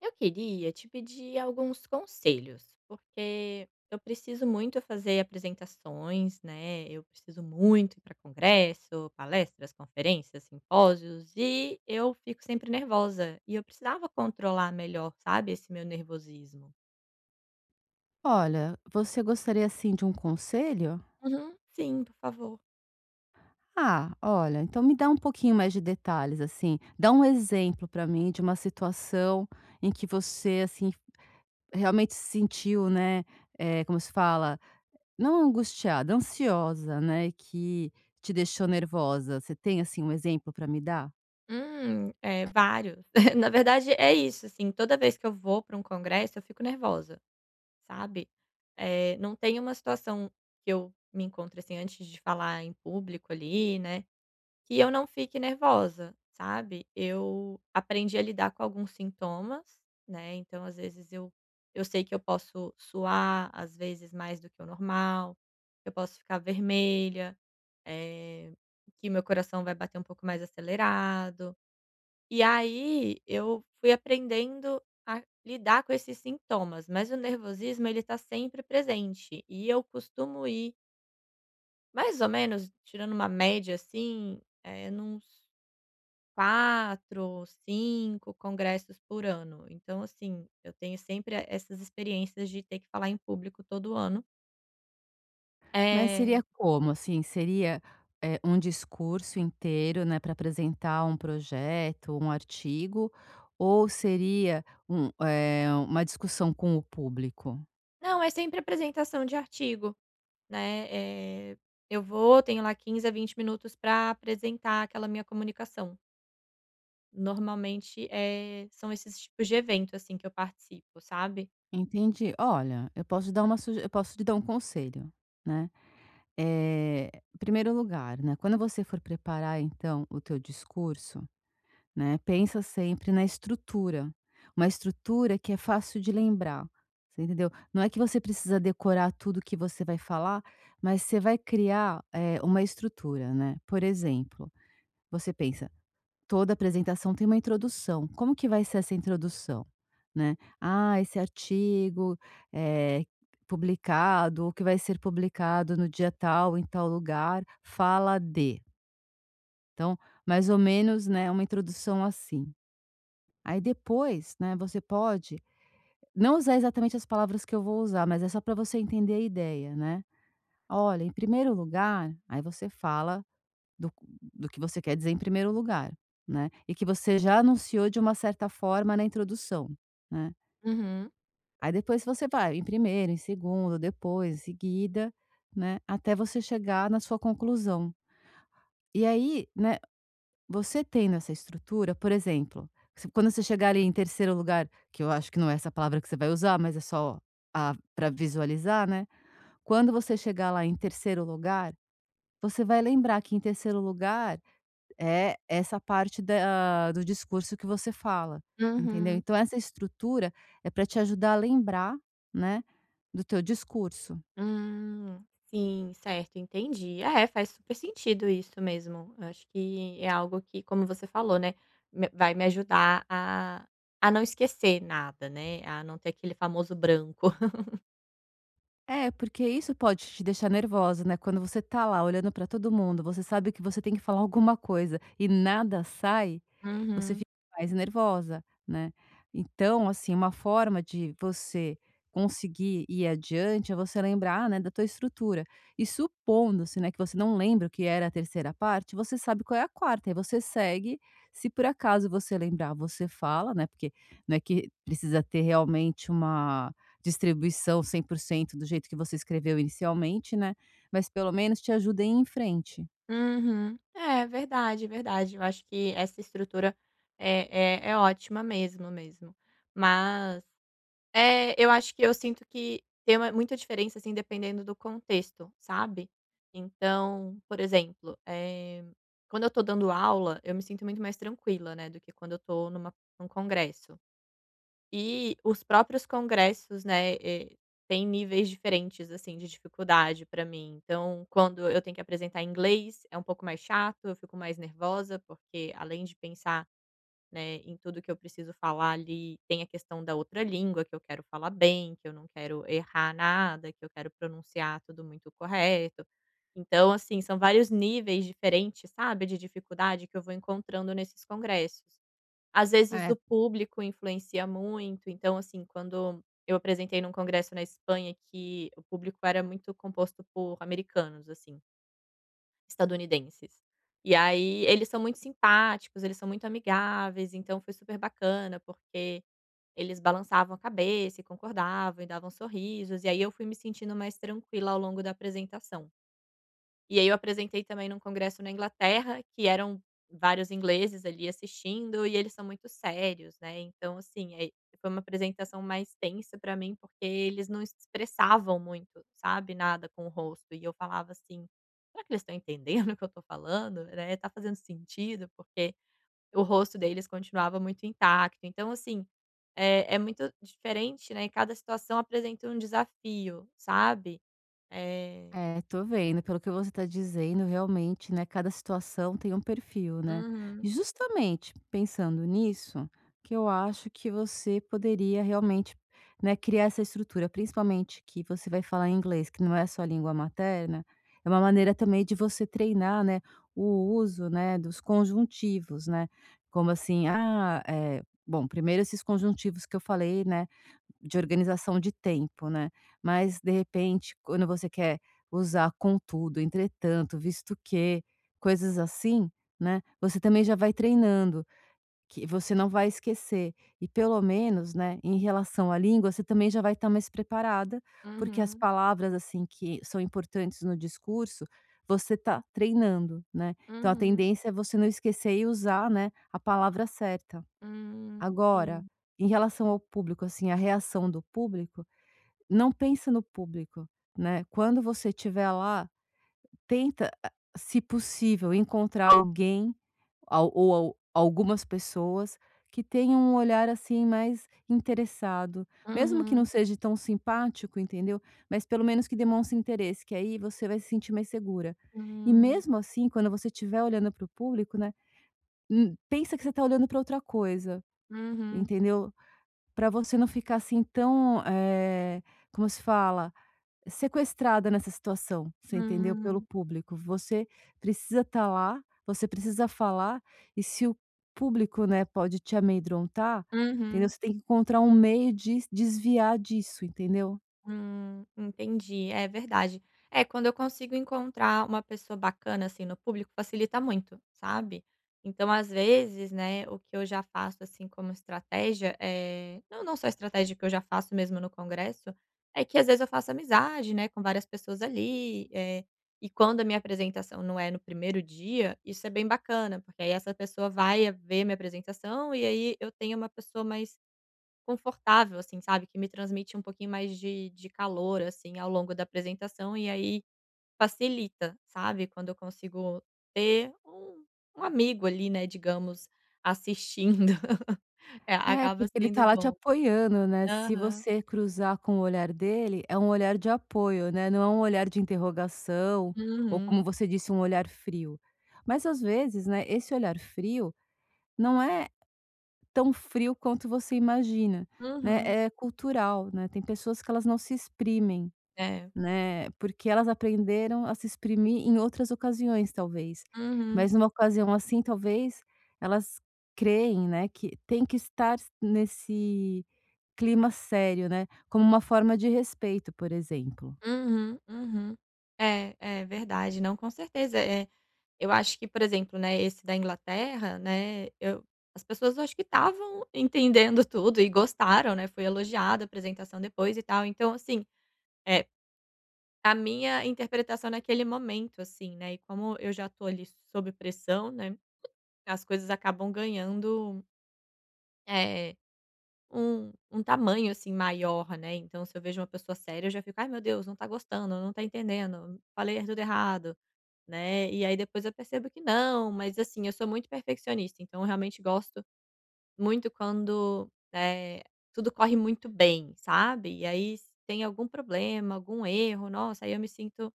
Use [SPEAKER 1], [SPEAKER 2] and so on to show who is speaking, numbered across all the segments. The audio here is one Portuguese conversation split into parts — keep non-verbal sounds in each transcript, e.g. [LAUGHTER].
[SPEAKER 1] Eu queria te pedir alguns conselhos, porque eu preciso muito fazer apresentações, né? Eu preciso muito ir para congresso, palestras, conferências, simpósios, e eu fico sempre nervosa. E eu precisava controlar melhor, sabe, esse meu nervosismo.
[SPEAKER 2] Olha, você gostaria assim de um conselho?
[SPEAKER 1] Uhum, sim, por favor.
[SPEAKER 2] Ah, olha, então me dá um pouquinho mais de detalhes, assim, dá um exemplo para mim de uma situação em que você assim realmente se sentiu, né? Como se fala, não angustiada, ansiosa, né? Que te deixou nervosa. Você tem assim um exemplo para me dar?
[SPEAKER 1] Vários. [LAUGHS] Na verdade, é isso, assim, toda vez que eu vou para um congresso, eu fico nervosa. Sabe? Não tem uma situação que eu me encontro assim, antes de falar em público ali, né, que eu não fique nervosa, sabe? Eu aprendi a lidar com alguns sintomas, né, então às vezes eu sei que eu posso suar, às vezes mais do que o normal, eu posso ficar vermelha, eh, que meu coração vai bater um pouco mais acelerado. E aí eu fui aprendendo a lidar com esses sintomas, mas o nervosismo ele tá sempre presente e eu costumo ir mais ou menos tirando uma média assim, nuns 4, 5 congressos por ano. Então assim, eu tenho sempre essas experiências de ter que falar em público todo ano.
[SPEAKER 2] Mas
[SPEAKER 1] É,
[SPEAKER 2] seria como, assim? Seria, um discurso inteiro, né, para apresentar um projeto, um artigo, ou seria um uma discussão com o público?
[SPEAKER 1] não, é sempre apresentação de artigo, né, eh, eu vou, tenho lá 15 a 20 minutos para apresentar aquela minha comunicação. Normalmente, são esses tipos de evento, assim, que eu participo, sabe?
[SPEAKER 2] Entendi. Olha, eu posso te dar um conselho, né. Eh, Primeiro lugar, né, quando você for preparar, então, o teu discurso, né, pensa sempre na estrutura, uma estrutura que é fácil de lembrar, você entendeu? Não é que você precisa decorar tudo que você vai falar, mas você vai criar, uma estrutura, né. Por exemplo, você pensa: "Toda apresentação tem uma introdução, como que vai ser essa introdução?", né. "Ah, esse artigo, eh, publicado ou que vai ser publicado no dia tal, em tal lugar, fala de", então mais ou menos, né, uma introdução assim. Aí depois, né, você pode não usar exatamente as palavras que eu vou usar, mas é só para você entender a ideia, né. "Olha, em primeiro lugar", aí você fala do do que você quer dizer em primeiro lugar, né, e que você já anunciou de uma certa forma na introdução, né.
[SPEAKER 1] Uhum,
[SPEAKER 2] Aí depois você vai em primeiro, em segundo, depois, em seguida, né, até você chegar na sua conclusão. E aí, né, você tendo essa estrutura, por exemplo, se quando você chegar ali em terceiro lugar, que eu acho que não é essa palavra que você vai usar, mas é só para visualizar, né. Quando você chegar lá em terceiro lugar, você vai lembrar que em terceiro lugar é essa parte da do discurso que você fala, entendeu.
[SPEAKER 1] uhum.
[SPEAKER 2] Então essa estrutura é para te ajudar a lembrar, né, do teu discurso.
[SPEAKER 1] Sim, certo, entendi. É, faz super sentido isso mesmo. Eu acho que é algo que, como você falou, né, me vai me ajudar a não esquecer nada, né, a não ter aquele famoso branco. [LAUGHS]
[SPEAKER 2] É, porque isso pode te deixar nervosa, né, quando você tá lá olhando pra todo mundo, você sabe que você tem que falar alguma coisa e nada sai, você
[SPEAKER 1] Uhum,
[SPEAKER 2] fica mais nervosa, né. Então, assim, uma forma de você conseguir ir adiante é você lembrar, ah, né, da tua estrutura. E supondo-se, né, que você não lembra o que era a terceira parte, você sabe qual é a quarta, e você segue, se por acaso você lembrar, você fala, né, porque não é que precisa ter realmente uma distribuição 100% do jeito que você escreveu inicialmente, né, mas pelo menos te ajuda a ir em frente.
[SPEAKER 1] uhum. É, verdade, verdade. Eu acho que essa estrutura é ótima mesmo, mesmo. Mas é, eu acho que eu sinto que tem uma muita diferença, assim, dependendo do contexto, sabe. Então, por exemplo, quando eu tô dando aula, eu me sinto muito mais tranquila, né, do que quando eu tô num congresso. E os próprios congressos, né, têm níveis diferentes, assim, de dificuldade pra mim. Então, quando eu tenho que apresentar em inglês, é um pouco mais chato, eu fico mais nervosa, porque além de pensar né, em tudo que eu preciso falar ali, tem a questão da outra língua que eu quero falar bem, que eu não quero errar nada, que eu quero pronunciar tudo muito correto. Então, assim, são vários níveis diferentes, sabe, de dificuldade que eu vou encontrando nesses congressos. Às vezes
[SPEAKER 2] É,
[SPEAKER 1] o público influencia muito, então, assim, quando eu apresentei num congresso na Espanha que o público era muito composto por americanos, assim. Estadunidenses. E aí eles são muito simpáticos, eles são muito amigáveis, então foi super bacana, porque eles balançavam a cabeça e concordavam e davam sorrisos, e aí eu fui me sentindo mais tranquila ao longo da apresentação. E aí eu apresentei também num congresso na Inglaterra, que eram vários ingleses ali assistindo, e eles são muito sérios, né, então assim, foi uma apresentação mais tensa pra mim, porque eles não expressavam muito, sabe, nada com o rosto, e eu falava assim: "Será que eles estão entendendo [LAUGHS] o que eu estou falando, né, tá fazendo sentido?", porque o rosto deles continuava muito intacto, então assim, é muito diferente, né, cada situação apresenta um desafio, sabe. É.
[SPEAKER 2] é, tô vendo, pelo que você tá dizendo, realmente, né, cada situação tem um perfil, né. E
[SPEAKER 1] Uhum,
[SPEAKER 2] justamente pensando nisso, que eu acho que você poderia realmente, né, criar essa estrutura, principalmente que você vai falar inglês, que não é sua língua materna, é uma maneira também de você treinar, né, o uso, né, dos conjuntivos, né, como assim, ah, é bom, primeiro esses conjuntivos que eu falei, né, de organização de tempo, né, mas de repente quando você quer usar contudo, entretanto, visto que, coisas assim, né, você também já vai treinando, que você não vai esquecer. E pelo menos, né, em relação à língua, você também já vai estar mais preparada, porque as
[SPEAKER 1] uhum.
[SPEAKER 2] palavras, assim, que são importantes no discurso, você está treinando, né. Então a
[SPEAKER 1] Uhum.
[SPEAKER 2] tendência é você não esquecer e usar, né, a palavra certa.
[SPEAKER 1] Hum,
[SPEAKER 2] Agora,
[SPEAKER 1] sim.
[SPEAKER 2] em relação ao público, assim, a reação do público, não pensa no público, né. Quando você estiver lá, tenta, ah, se possível, encontrar alguém al ou al algumas pessoas que tenham um olhar, assim, mais interessado, mesmo que não
[SPEAKER 1] Uhum.
[SPEAKER 2] seja tão simpático, entendeu, mas pelo menos que demonstre interesse, que aí você vai se sentir mais segura. E
[SPEAKER 1] Hum.
[SPEAKER 2] mesmo assim, quando você estiver olhando para o público, né, pensa que você está olhando para outra coisa,
[SPEAKER 1] Uhum.
[SPEAKER 2] entendeu, para você não ficar, assim, tão, como se fala? Sequestrada nessa situação, você entendeu? Pelo
[SPEAKER 1] Hum.
[SPEAKER 2] público. Você precisa estar lá, você precisa falar, e se o público, né, pode te amedrontar, entendeu?
[SPEAKER 1] Uhum.
[SPEAKER 2] Você tem que encontrar um meio de desviar disso, entendeu?
[SPEAKER 1] Entendi. É verdade. É, quando eu consigo encontrar uma pessoa bacana, assim, no público, facilita muito, sabe. Então, às vezes, né, o que eu já faço, assim, como estratégia, é não só estratégia que eu já faço mesmo no congresso, é que às vezes eu faço amizade, né, com várias pessoas ali, e quando a minha apresentação não é no primeiro dia, isso é bem bacana, porque aí essa pessoa vai ver minha apresentação e aí eu tenho uma pessoa mais confortável, assim, sabe, que me transmite um pouquinho mais de calor, assim, ao longo da apresentação e aí facilita, sabe, quando eu consigo ter um amigo ali, né, digamos, assistindo. [LAUGHS] É,
[SPEAKER 2] É,
[SPEAKER 1] acaba
[SPEAKER 2] porque ele
[SPEAKER 1] sendo
[SPEAKER 2] tá lá te
[SPEAKER 1] bom.
[SPEAKER 2] apoiando, né, se
[SPEAKER 1] Aham.
[SPEAKER 2] você cruzar com o olhar dele, é um olhar de apoio, né, não é um olhar de interrogação, ou como
[SPEAKER 1] Uhum.
[SPEAKER 2] você disse, um olhar frio. Mas às vezes, né, esse olhar frio não é tão frio quanto você imagina, né.
[SPEAKER 1] Uhum.
[SPEAKER 2] É cultural, né, tem pessoas que elas não se exprimem,
[SPEAKER 1] É.
[SPEAKER 2] né, porque elas aprenderam a se exprimir em outras ocasiões, talvez.
[SPEAKER 1] Uhum.
[SPEAKER 2] Mas numa ocasião assim, talvez, elas creem, né, que tem que estar nesse clima sério, né, como uma forma de respeito, por exemplo.
[SPEAKER 1] Uhum. Uhum. É, é verdade. Não, com certeza. É, eu acho que, por exemplo, né, esse da Inglaterra, né, eu as pessoas eu acho que estavam entendendo tudo e gostaram, né, foi elogiada a apresentação depois e tal. Então assim, é a minha interpretação naquele momento, assim, né, e como eu já tô ali sob pressão, né, as coisas acabam ganhando, eh, um tamanho, assim, maior, né. Então se eu vejo uma pessoa séria eu já fico: "Ai meu Deus, não tá gostando, não tá entendendo, falei tudo errado". Né, e aí depois eu percebo que não, mas assim, eu sou muito perfeccionista, então eu realmente gosto muito quando, tudo corre muito bem, sabe. E aí se tem algum problema, algum erro, nossa, aí eu me sinto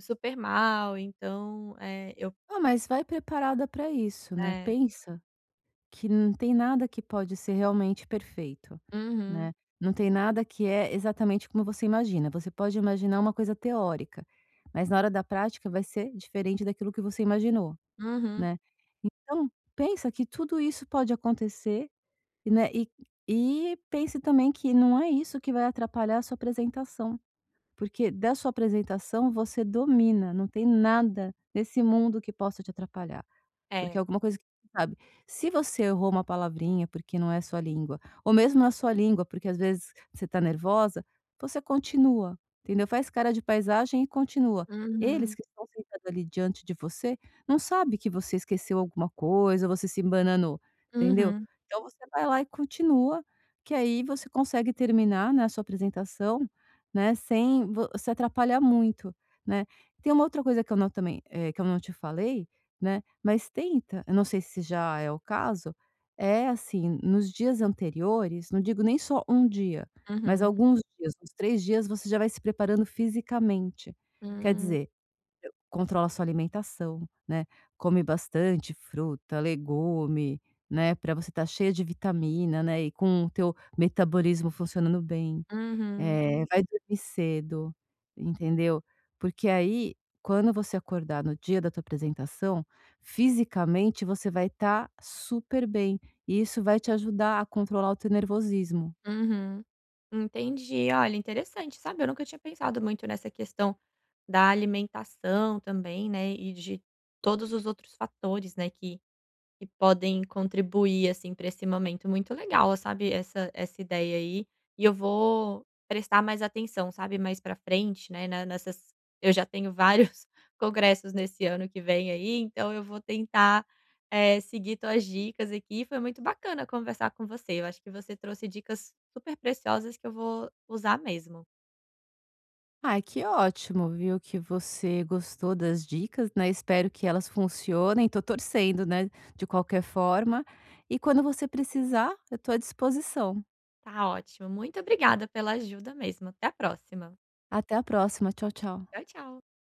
[SPEAKER 1] super mal, então, eu
[SPEAKER 2] Ah, mas vai preparada para isso, né,
[SPEAKER 1] é.
[SPEAKER 2] pensa que não tem nada que pode ser realmente perfeito,
[SPEAKER 1] Uhum,
[SPEAKER 2] né. Não tem nada que é exatamente como você imagina. Você pode imaginar uma coisa teórica, mas na hora da prática vai ser diferente daquilo que você imaginou,
[SPEAKER 1] uhum.
[SPEAKER 2] né. Então, pensa que tudo isso pode acontecer, né, e pense também que não é isso que vai atrapalhar a sua apresentação, porque da sua apresentação você domina, não tem nada nesse mundo que possa te atrapalhar. Porque é
[SPEAKER 1] É.
[SPEAKER 2] alguma coisa que você sabe. Se você errou uma palavrinha porque não é sua língua, ou mesmo na sua língua, porque às vezes você está nervosa, você continua, entendeu? Faz cara de paisagem e continua. Eles
[SPEAKER 1] Uhum,
[SPEAKER 2] que estão sentados ali diante de você, não sabe que você esqueceu alguma coisa, você se embananou, entendeu?
[SPEAKER 1] uhum,
[SPEAKER 2] Então você vai lá e continua, que aí você consegue terminar, né, a sua apresentação, né, sem vo se atrapalhar muito, né. Tem uma outra coisa que eu não também, eh, que eu não te falei, né, mas tenta, eu não sei se já é o caso, é assim, nos dias anteriores, não digo nem só um dia, mas
[SPEAKER 1] uhum.
[SPEAKER 2] alguns dias, uns 3 dias você já vai se preparando fisicamente. Quer
[SPEAKER 1] Hum.
[SPEAKER 2] dizer, controla a sua alimentação, né, come bastante fruta, legume, né, para você estar cheia de vitamina, né, e com o teu metabolismo funcionando bem.
[SPEAKER 1] Uhum,
[SPEAKER 2] Vai dormir cedo, entendeu? Porque aí, quando você acordar no dia da tua apresentação, fisicamente você vai estar super bem, e isso vai te ajudar a controlar o teu nervosismo.
[SPEAKER 1] uhum. Entendi. Olha, interessante, sabe, eu nunca tinha pensado muito nessa questão da alimentação também, né, e de todos os outros fatores, né, que podem contribuir, assim, para esse momento. Muito legal, sabe, essa essa ideia aí, e eu vou prestar mais atenção, sabe, mais para frente, né, na nessas eu já tenho vários [LAUGHS] congressos nesse ano que vem aí, então eu vou tentar, seguir tuas dicas aqui. Foi muito bacana conversar com você, eu acho que você trouxe dicas super preciosas que eu vou usar mesmo.
[SPEAKER 2] Ai, que ótimo, viu, que você gostou das dicas, né, espero que elas funcionem, tô torcendo, né, de qualquer forma. E quando você precisar, eu tô à disposição.
[SPEAKER 1] Tá ótimo. Muito obrigada pela ajuda mesmo. Até a próxima.
[SPEAKER 2] Até a próxima, tchau, tchau.
[SPEAKER 1] Tchau, tchau.